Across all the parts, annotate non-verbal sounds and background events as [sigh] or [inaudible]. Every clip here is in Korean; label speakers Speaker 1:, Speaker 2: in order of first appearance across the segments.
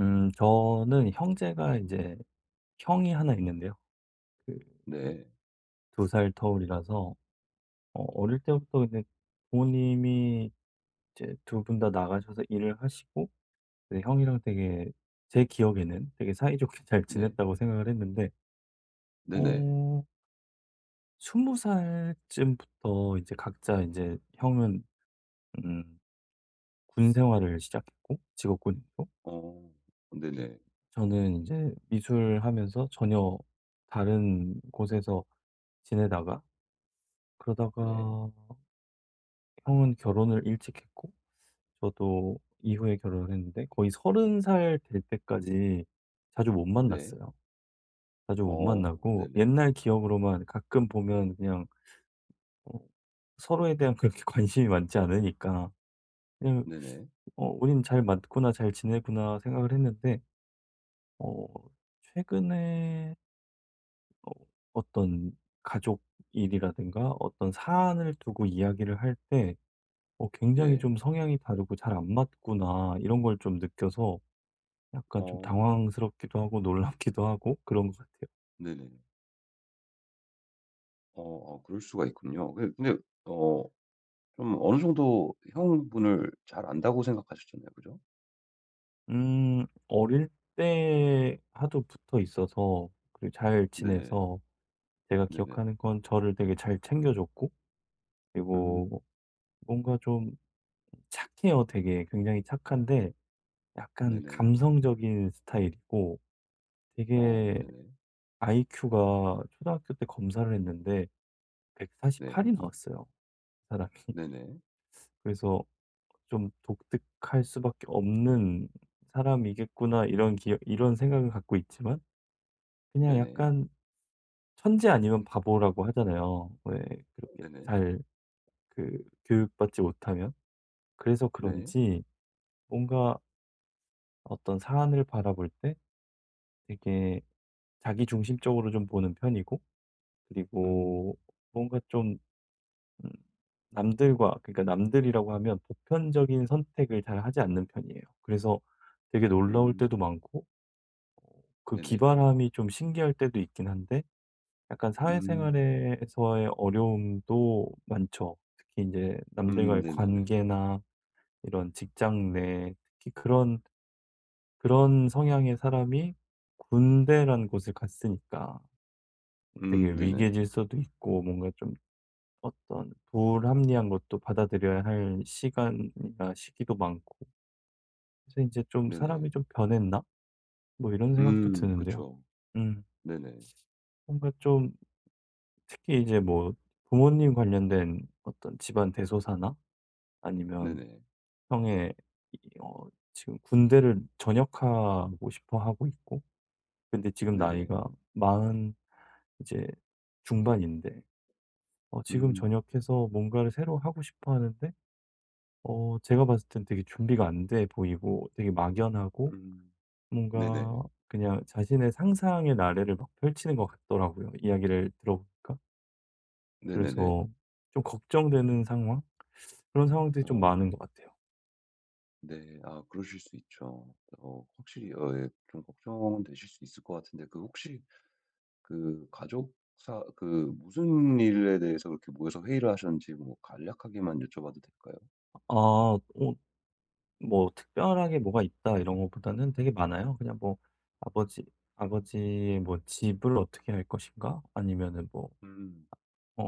Speaker 1: 저는 형제가 이제 형이 하나 있는데요. 그
Speaker 2: 네.
Speaker 1: 2살 터울이라서 어릴 때부터 이제 부모님이 이제 두 분 다 나가셔서 일을 하시고, 이제 형이랑 되게, 제 기억에는 되게 사이좋게 [laughs] 잘
Speaker 2: 네.
Speaker 1: 지냈다고 생각을 했는데,
Speaker 2: 네네.
Speaker 1: 어 20 살쯤부터 이제 각자, 이제 형은 음 군 생활을 시작했고 직업군이고,
Speaker 2: 어. 네네.
Speaker 1: 저는 이제 미술하면서 전혀 다른 곳에서 지내다가,
Speaker 2: 네.
Speaker 1: 그러다가 형은 결혼을 일찍 했고, 저도 이후에 결혼을 했는데 거의 30살 될 때까지 자주 못
Speaker 2: 네.
Speaker 1: 만났어요. 자주 못
Speaker 2: 어.
Speaker 1: 만나고
Speaker 2: 네네.
Speaker 1: 옛날 기억으로만 가끔 보면 그냥, 어, 서로에 대한 그렇게 [laughs] 관심이 많지 않으니까, 그냥
Speaker 2: 네네.
Speaker 1: 우린 잘 맞구나, 잘 지내구나 생각을 했는데, 어, 최근에 어, 어떤 가족 일이라든가 어떤 사안을 두고 이야기를 할때, 굉장히
Speaker 2: 네.
Speaker 1: 좀 성향이 다르고 잘 안 맞구나, 이런 걸 좀 느껴서 약간 좀
Speaker 2: 어.
Speaker 1: 당황스럽기도 하고 놀랍기도 하고 그런 것 같아요.
Speaker 2: 네네. 어 그럴 수가 있군요. 그 근데 어 좀 어느 정도 형분을 잘 안다고 생각하셨잖아요. 그죠?
Speaker 1: 어릴 때 하도 붙어 있어서, 그리고 잘
Speaker 2: 네네.
Speaker 1: 지내서 제가
Speaker 2: 네네.
Speaker 1: 기억하는 건 저를 되게 잘 챙겨줬고,
Speaker 2: 음.
Speaker 1: 그리고 뭔가 좀 착해요. 되게 굉장히 착한데 약간
Speaker 2: 네네.
Speaker 1: 감성적인 스타일이고,
Speaker 2: 어
Speaker 1: 되게
Speaker 2: 네네.
Speaker 1: IQ가 초등학교 때 검사를 했는데
Speaker 2: 네.
Speaker 1: 148이 나왔어요, 그 사람이.
Speaker 2: 네네.
Speaker 1: 그래서 좀 '독특할 수밖에 없는 사람이겠구나.' 이런 기억 이런 생각을 갖고 있지만, 그냥
Speaker 2: 네네.
Speaker 1: 약간, 천재 아니면 바보라고 하잖아요, 왜. 그렇게
Speaker 2: 네네.
Speaker 1: 잘, 그 교육받지 못하면. 그래서
Speaker 2: 네.
Speaker 1: 그런지 뭔가 어떤 사안을 바라볼 때 되게 자기 중심적으로 좀 보는 편이고,
Speaker 2: 음.
Speaker 1: 그리고 뭔가 좀 음 남들과, 그러니까 남들이라고 하면 보편적인 선택을 잘 하지 않는 편이에요. 그래서 되게 놀라울 때도
Speaker 2: 음.
Speaker 1: 많고 그
Speaker 2: 네네.
Speaker 1: 기발함이 좀 신기할 때도 있긴 한데, 약간
Speaker 2: 음.
Speaker 1: 사회생활에서의 어려움도 많죠. 특히 이제 남들과의
Speaker 2: 네네네.
Speaker 1: 관계나 이런 직장 내 특히, 그런 성향의 사람이 군대라는 곳을 갔으니까 되게
Speaker 2: 네네.
Speaker 1: 위계질 서도 있고, 뭔가 좀 어떤 불합리한 것도 받아들여야 할 시간이나 시기도 많고, 그래서 이제 '좀 사람이
Speaker 2: 네네.
Speaker 1: 좀 변했나?' 뭐 이런 생각도 드는데요.
Speaker 2: 그쵸.
Speaker 1: 음.
Speaker 2: 네네.
Speaker 1: 뭔가 좀 특히 이제 뭐 부모님 관련된 어떤 집안 대소사나, 아니면
Speaker 2: 네네.
Speaker 1: 형의 이 지금 군대를 전역하고 싶어 하고 있고, 근데 지금
Speaker 2: 네네.
Speaker 1: 나이가 마흔 이제 중반인데, 지금
Speaker 2: 음.
Speaker 1: 전역해서 뭔가를 새로 하고 싶어 하는데, 제가 봤을 땐 되게 준비가 안 돼 보이고 되게 막연하고,
Speaker 2: 음. 네네.
Speaker 1: 뭔가 그냥 자신의 상상의 나래를 막 펼치는 것 같더라고요, 이야기를 들어 보니까.
Speaker 2: 네네네.
Speaker 1: 그래서 좀 걱정되는 상황? 그런 상황들이 좀
Speaker 2: 어
Speaker 1: 많은 것 같아요.
Speaker 2: 네. 아 그러실 수 있죠. 어 확실히 어 예 좀 걱정되실 수 있을 것 같은데, 그 혹시 그 가족사 그 무슨 일에 대해서 그렇게 모여서 회의를 하셨는지 뭐 간략하게만 여쭤봐도 될까요?
Speaker 1: 아, 뭐 특별하게 뭐가 있다 이런 것보다는 되게 많아요. 그냥 뭐, 아버지 아버지의 뭐 집을 어떻게 할 것인가? 아니면은 뭐
Speaker 2: 음.
Speaker 1: 어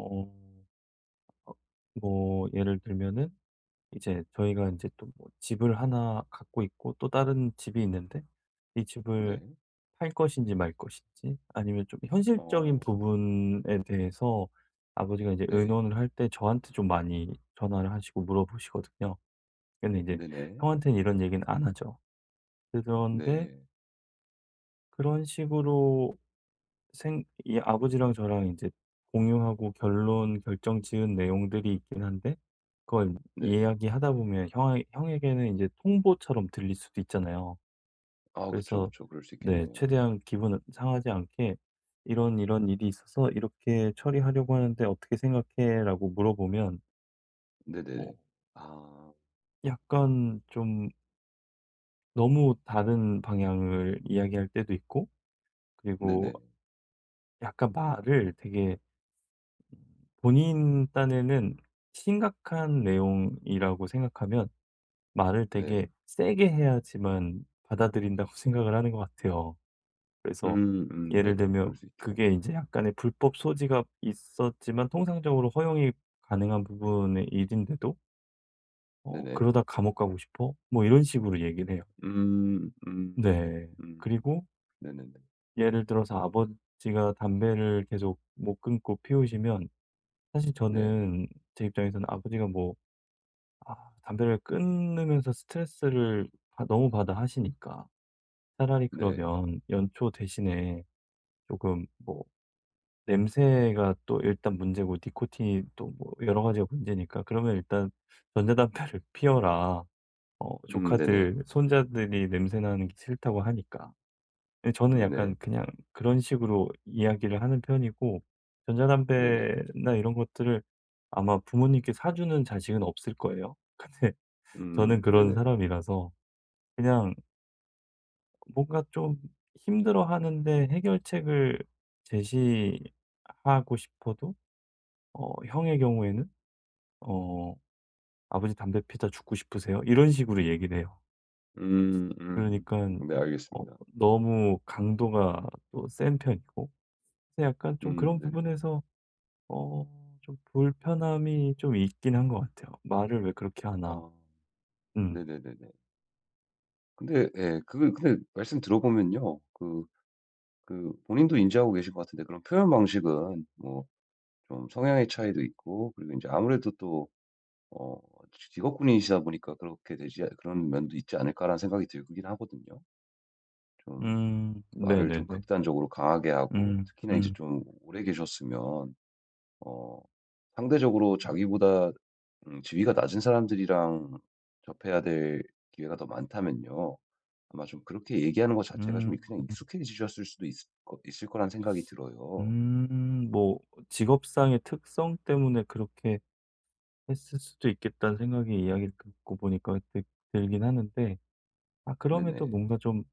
Speaker 1: 뭐, 예를 들면은 이제 저희가 이제 또 뭐 집을 하나 갖고 있고 또 다른 집이 있는데, 이 집을
Speaker 2: 네.
Speaker 1: 팔 것인지 말 것인지, 아니면 좀 현실적인
Speaker 2: 어
Speaker 1: 부분에 대해서 아버지가 이제
Speaker 2: 네.
Speaker 1: 의논을 할 때 저한테 좀 많이 전화를 하시고 물어보시거든요. 근데 이제
Speaker 2: 네네.
Speaker 1: 형한테는 이런 얘기는 안 하죠. 그런데
Speaker 2: 네.
Speaker 1: 그런 식으로 생 이 아버지랑 저랑 이제 공유하고 결론 결정 지은 내용들이 있긴 한데, 그걸
Speaker 2: 네.
Speaker 1: 이야기하다 보면 형 형에게는 이제 통보처럼 들릴 수도 있잖아요.
Speaker 2: 아 그쵸,
Speaker 1: 그래서,
Speaker 2: 그쵸. 그럴 수
Speaker 1: 네,
Speaker 2: 있겠네요.
Speaker 1: 최대한 기분 상하지 않게 "이런 이런 일이 있어서 이렇게 처리하려고 하는데 어떻게 생각해?"라고 물어보면,
Speaker 2: 네네네.
Speaker 1: 어
Speaker 2: 아
Speaker 1: 약간 좀 너무 다른 방향을 이야기할 때도 있고, 그리고
Speaker 2: 네네.
Speaker 1: 약간 말을 되게, 본인 딴에는 심각한 내용이라고 생각하면 말을
Speaker 2: 네.
Speaker 1: 되게 세게 해야지만 받아들인다고 [laughs] 생각을 하는 것 같아요. 그래서 예를
Speaker 2: 네네. 그럴
Speaker 1: 들면,
Speaker 2: 수 있죠.
Speaker 1: 그게 이제 약간의 불법 소지가 있었지만 통상적으로 허용이 가능한 부분의 일인데도,
Speaker 2: 네네.
Speaker 1: "그러다 감옥 가고 싶어?" 뭐 이런 식으로 얘기를 해요.
Speaker 2: 음 음
Speaker 1: 네.
Speaker 2: 음
Speaker 1: 그리고
Speaker 2: 네네네.
Speaker 1: 예를 들어서 아버지가 담배를 계속 못 끊고 피우시면, 사실
Speaker 2: 네.
Speaker 1: 저는, 제 입장에서는 아버지가 뭐, 아, 담배를 끊으면서 스트레스를 너무 받아 하시니까, 차라리
Speaker 2: 네.
Speaker 1: 그러면 연초 대신에, 조금 뭐, 냄새가 또 일단 문제고 니코틴이 또 뭐 여러 가지가 문제니까 "그러면 일단 전자담배를 [laughs] 피워라.
Speaker 2: 네네.
Speaker 1: 조카들, 손자들이 냄새 나는 게 싫다고 하니까." 예, 저는
Speaker 2: 네네.
Speaker 1: 약간 그냥 그런 식으로 이야기를 하는 편이고,
Speaker 2: 네네.
Speaker 1: 전자담배나 이런 것들을 아마 부모님께 사주는 자식은 없을 거예요. [laughs] 근데 저는 그런
Speaker 2: 네네.
Speaker 1: 사람이라서 그냥 뭔가 좀 힘들어하는데 해결책을 제시하고 싶어도, 형의 경우에는, 어 "아버지 담배 피다 죽고 싶으세요?" 이런 식으로 얘기를 해요.
Speaker 2: 음
Speaker 1: 그러니
Speaker 2: 음.
Speaker 1: 까
Speaker 2: 네
Speaker 1: 어
Speaker 2: 알겠습니다.
Speaker 1: 너무 강도가 또 센 편이고, 그래서 약간 좀 그런
Speaker 2: 네네.
Speaker 1: 부분에서 어 좀 불편함이 좀 있긴 한 것 같아요. '말을 왜 그렇게 하나.'
Speaker 2: 아
Speaker 1: 음.
Speaker 2: 네네네네. 근데 예 그 근데 말씀 들어보면요. 그 본인도 인지하고 계신 것 같은데, 그런 표현 방식은 뭐 좀 성향의 차이도 있고 그리고 이제 아무래도 또 어 직업군인이시다 보니까 그렇게 되지, 그런 면도 있지 않을까라는 생각이 들긴 하거든요. 좀
Speaker 1: 음.
Speaker 2: 말을 좀
Speaker 1: 네네네.
Speaker 2: 극단적으로 강하게 하고,
Speaker 1: 음.
Speaker 2: 특히나 이제
Speaker 1: 음.
Speaker 2: 좀 오래 계셨으면 어 상대적으로 자기보다 지위가 낮은 사람들이랑 접해야 될 기회가 더 많다면요. 아마 좀 그렇게 얘기하는 것 자체가
Speaker 1: 음.
Speaker 2: 좀 그냥 익숙해지셨을 수도 있을 거란 생각이 들어요.
Speaker 1: 음. 뭐 직업상의 특성 때문에 그렇게 했을 수도 있겠다는 생각이 이야기를 듣고 보니까 드 들긴 하는데, 아, 그럼에도
Speaker 2: 네네.
Speaker 1: 뭔가 좀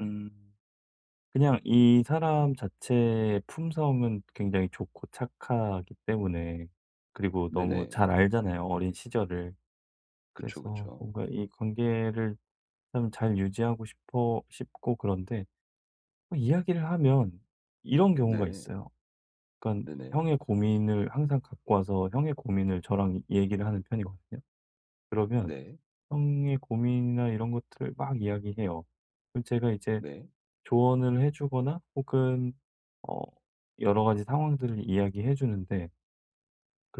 Speaker 1: 음 그냥, 이 사람 자체의 품성은 굉장히 좋고 착하기 때문에, 그리고 너무
Speaker 2: 네네.
Speaker 1: 잘 알잖아요, 어린 시절을.
Speaker 2: 그쵸,
Speaker 1: 그래서
Speaker 2: 그쵸.
Speaker 1: 뭔가 이 관계를 참 잘 유지하고 싶어 싶고, 그런데 뭐 이야기를 하면 이런 경우가
Speaker 2: 네.
Speaker 1: 있어요. 그러니까
Speaker 2: 네네.
Speaker 1: 형의 고민을 항상 갖고 와서 형의 고민을 저랑 얘기를 하는 편이거든요. 그러면
Speaker 2: 네.
Speaker 1: 형의 고민이나 이런 것들을 막 이야기해요. 그럼 제가 이제
Speaker 2: 네.
Speaker 1: 조언을 해주거나 혹은 어, 여러 가지 상황들을 이야기해 주는데,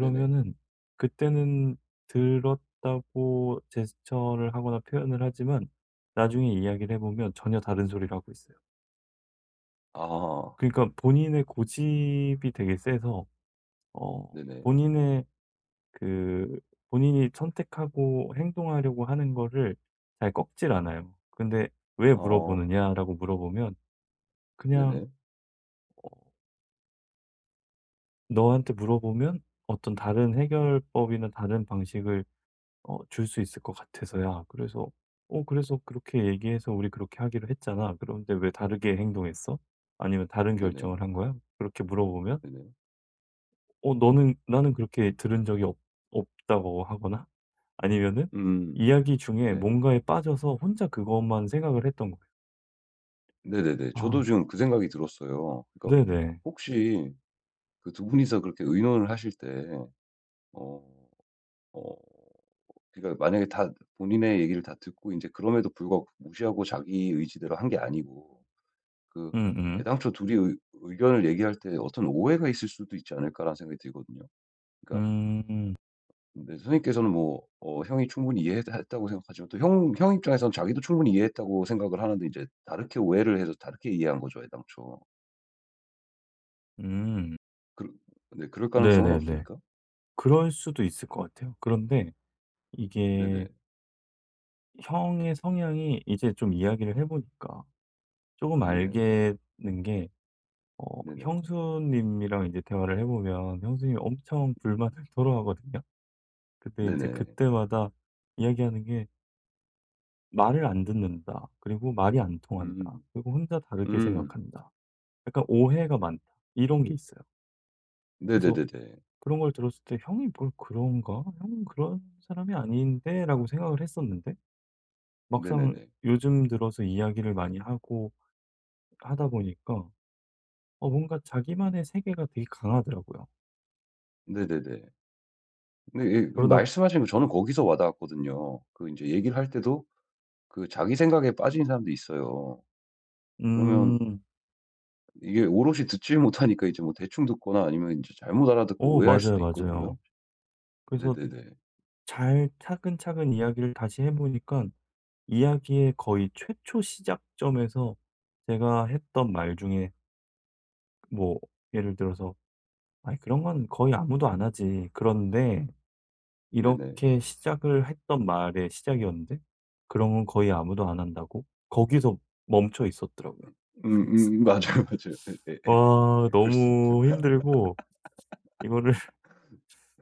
Speaker 2: 네네.
Speaker 1: 그때는 들었다고 제스처를 하거나 표현을 하지만, 나중에 이야기를 해 보면 전혀 다른 소리를 하고 있어요.
Speaker 2: 아.
Speaker 1: 그러니까 본인의 고집이 되게 세서,
Speaker 2: 네네.
Speaker 1: 본인의, 그 본인이 선택하고 행동하려고 하는 거를 잘 꺾질 않아요. 근데 "왜
Speaker 2: 어.
Speaker 1: 물어보느냐?"라고 물어보면, 그냥,
Speaker 2: 네네.
Speaker 1: 어 "너한테 물어보면 어떤 다른 해결법이나 다른 방식을 줄 수 있을 것 같아서야." 그래서 "어 그래서 그렇게 얘기해서 우리 그렇게 하기로 했잖아. 그런데 왜 다르게 행동했어? 아니면 다른
Speaker 2: 네네.
Speaker 1: 결정을 한 거야?" 그렇게 물어보면
Speaker 2: 네네.
Speaker 1: "어 너는, 나는 그렇게 들은 적이 없 없다."고 하거나, 아니면은
Speaker 2: 음.
Speaker 1: 이야기 중에
Speaker 2: 네.
Speaker 1: 뭔가에 빠져서 혼자 그것만 생각을 했던 거예요.
Speaker 2: 네네네. 저도
Speaker 1: 아,
Speaker 2: 지금 그 생각이 들었어요. 그러니까
Speaker 1: 네네.
Speaker 2: 혹시 그 두 분이서 그렇게 의논을 하실 때 어 어 그러니까 만약에 다 본인의 얘기를 다 듣고 이제 그럼에도 불구하고 무시하고 자기 의지대로 한 게 아니고, 그
Speaker 1: 음음.
Speaker 2: 애당초 둘이의 의견을 얘기할 때 어떤 오해가 있을 수도 있지 않을까라는 생각이 들거든요. 그러니까
Speaker 1: 음. 음.
Speaker 2: 근데 선생님께서는 뭐 어 형이 충분히 이해했다 고 생각하지만 또 형 입장에서는 자기도 충분히 이해했다고 생각을 하는데 이제 다르게 오해를 해서 다르게 이해한 거죠, 애당초.
Speaker 1: 음,
Speaker 2: 그럴, 네 그럴 가능성은
Speaker 1: 네네네.
Speaker 2: 없습니까?
Speaker 1: 그럴 수도 있을 것 같아요. 그런데
Speaker 2: 네네.
Speaker 1: 이게, 형의 성향이 이제 좀 이야기를 해 보니까 조금
Speaker 2: 네네.
Speaker 1: 알겠는 게, 어
Speaker 2: 네네.
Speaker 1: 형수님이랑 이제 대화를 해 보면 형수님이 엄청 불만을 [laughs] 토로하거든요. 근데 이제
Speaker 2: 네네.
Speaker 1: 그때마다 이야기하는 게 "말을 안 듣는다.", 그리고 "말이 안 통한다.",
Speaker 2: 음.
Speaker 1: 그리고 "혼자 다르게
Speaker 2: 음.
Speaker 1: 생각한다.", 약간 "오해가 많다." 이런 게 있어요. 그래서
Speaker 2: 네네네네.
Speaker 1: 그런 걸 들었을 때 '형이 뭘 그런가? 형은 그런 사람이 아닌데.'라고 생각을 했었는데, 막상
Speaker 2: 네네네.
Speaker 1: 요즘 들어서 이야기를 많이 하고 하다 보니까 뭔가 자기만의 세계가 되게 강하더라고요.
Speaker 2: 네네네. 근데 예 그
Speaker 1: 그러다.
Speaker 2: 말씀하신 거 저는 거기서 와 닿았거든요. 그 이제 얘기를 할 때도 그 자기 생각에 빠진 사람도 있어요. 그러면
Speaker 1: 음.
Speaker 2: 이게 오롯이 듣질 못하니까 이제 뭐 대충 듣거나 아니면 인제 잘못 알아듣고
Speaker 1: 어,
Speaker 2: 오해할
Speaker 1: 맞아요,
Speaker 2: 수도 있거든요.
Speaker 1: 맞아요. 그래서
Speaker 2: 네네네.
Speaker 1: 잘 차근차근 이야기를 다시 해 보니까, 이야기의 거의 최초 시작점에서 제가 했던 말 중에, 뭐 예를 들어서, "아니, 그런 건 거의 아무도 안 하지." 그런데,
Speaker 2: 네네.
Speaker 1: 이렇게 시작을 했던 말의 시작이었는데, "그런 건 거의 아무도 안 한다고?" 거기서 멈춰 있었더라고요. [laughs] 그래서,
Speaker 2: 음음 [laughs] 맞아요, 맞아요. 예예예.
Speaker 1: 와
Speaker 2: 그럴 수 있죠.
Speaker 1: 너무 힘들고, 이거를,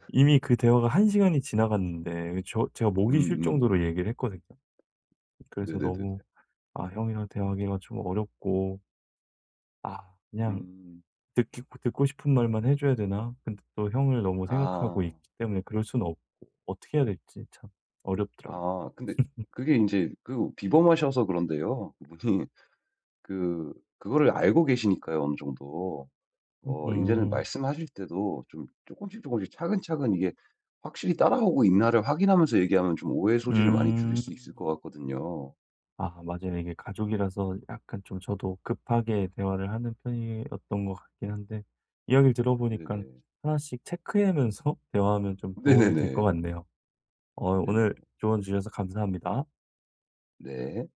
Speaker 1: 이미 그 대화가 1 시간이 지나갔는데, 그 저 제가 목이 쉴
Speaker 2: 음음.
Speaker 1: 정도로 얘기를 했거든요. 그래서
Speaker 2: 네네네네.
Speaker 1: 너무, 아 형이랑 대화하기가 좀 어렵고, 아, 그냥
Speaker 2: 음.
Speaker 1: 듣기 듣고 싶은 말만 해 줘야 되나? 근데 또 형을 너무 생각하고 있기
Speaker 2: 아.
Speaker 1: 때문에 그럴 수는 없고, 어떻게 해야 될지 참 어렵더라고요.
Speaker 2: 아 근데 그게 인제 그 비범하셔서 그런데요. 그분이 그 그거를 알고 계시니까요 어느 정도. 어 인제는
Speaker 1: 음.
Speaker 2: 말씀하실 때도 좀 쪼끔씩 쪼끔씩 차근차근 이게 확실히 따라오고 있나를 확인하면서 얘기하면 좀 오해 소지를 많이 줄일
Speaker 1: 음.
Speaker 2: 수 있을 것 같거든요.
Speaker 1: 아, 맞아요. 이게 가족이라서 약간 좀 저도 급하게 대화를 하는 편이었던 것 같긴 한데, 이야기를 들어 보니까
Speaker 2: 네네.
Speaker 1: 하나씩 체크하면서 [laughs] 대화하면 좀 도움이 될 것
Speaker 2: 네네네.
Speaker 1: 같네요.
Speaker 2: 네네.
Speaker 1: 오늘 조언 주셔서 감사합니다.
Speaker 2: 네.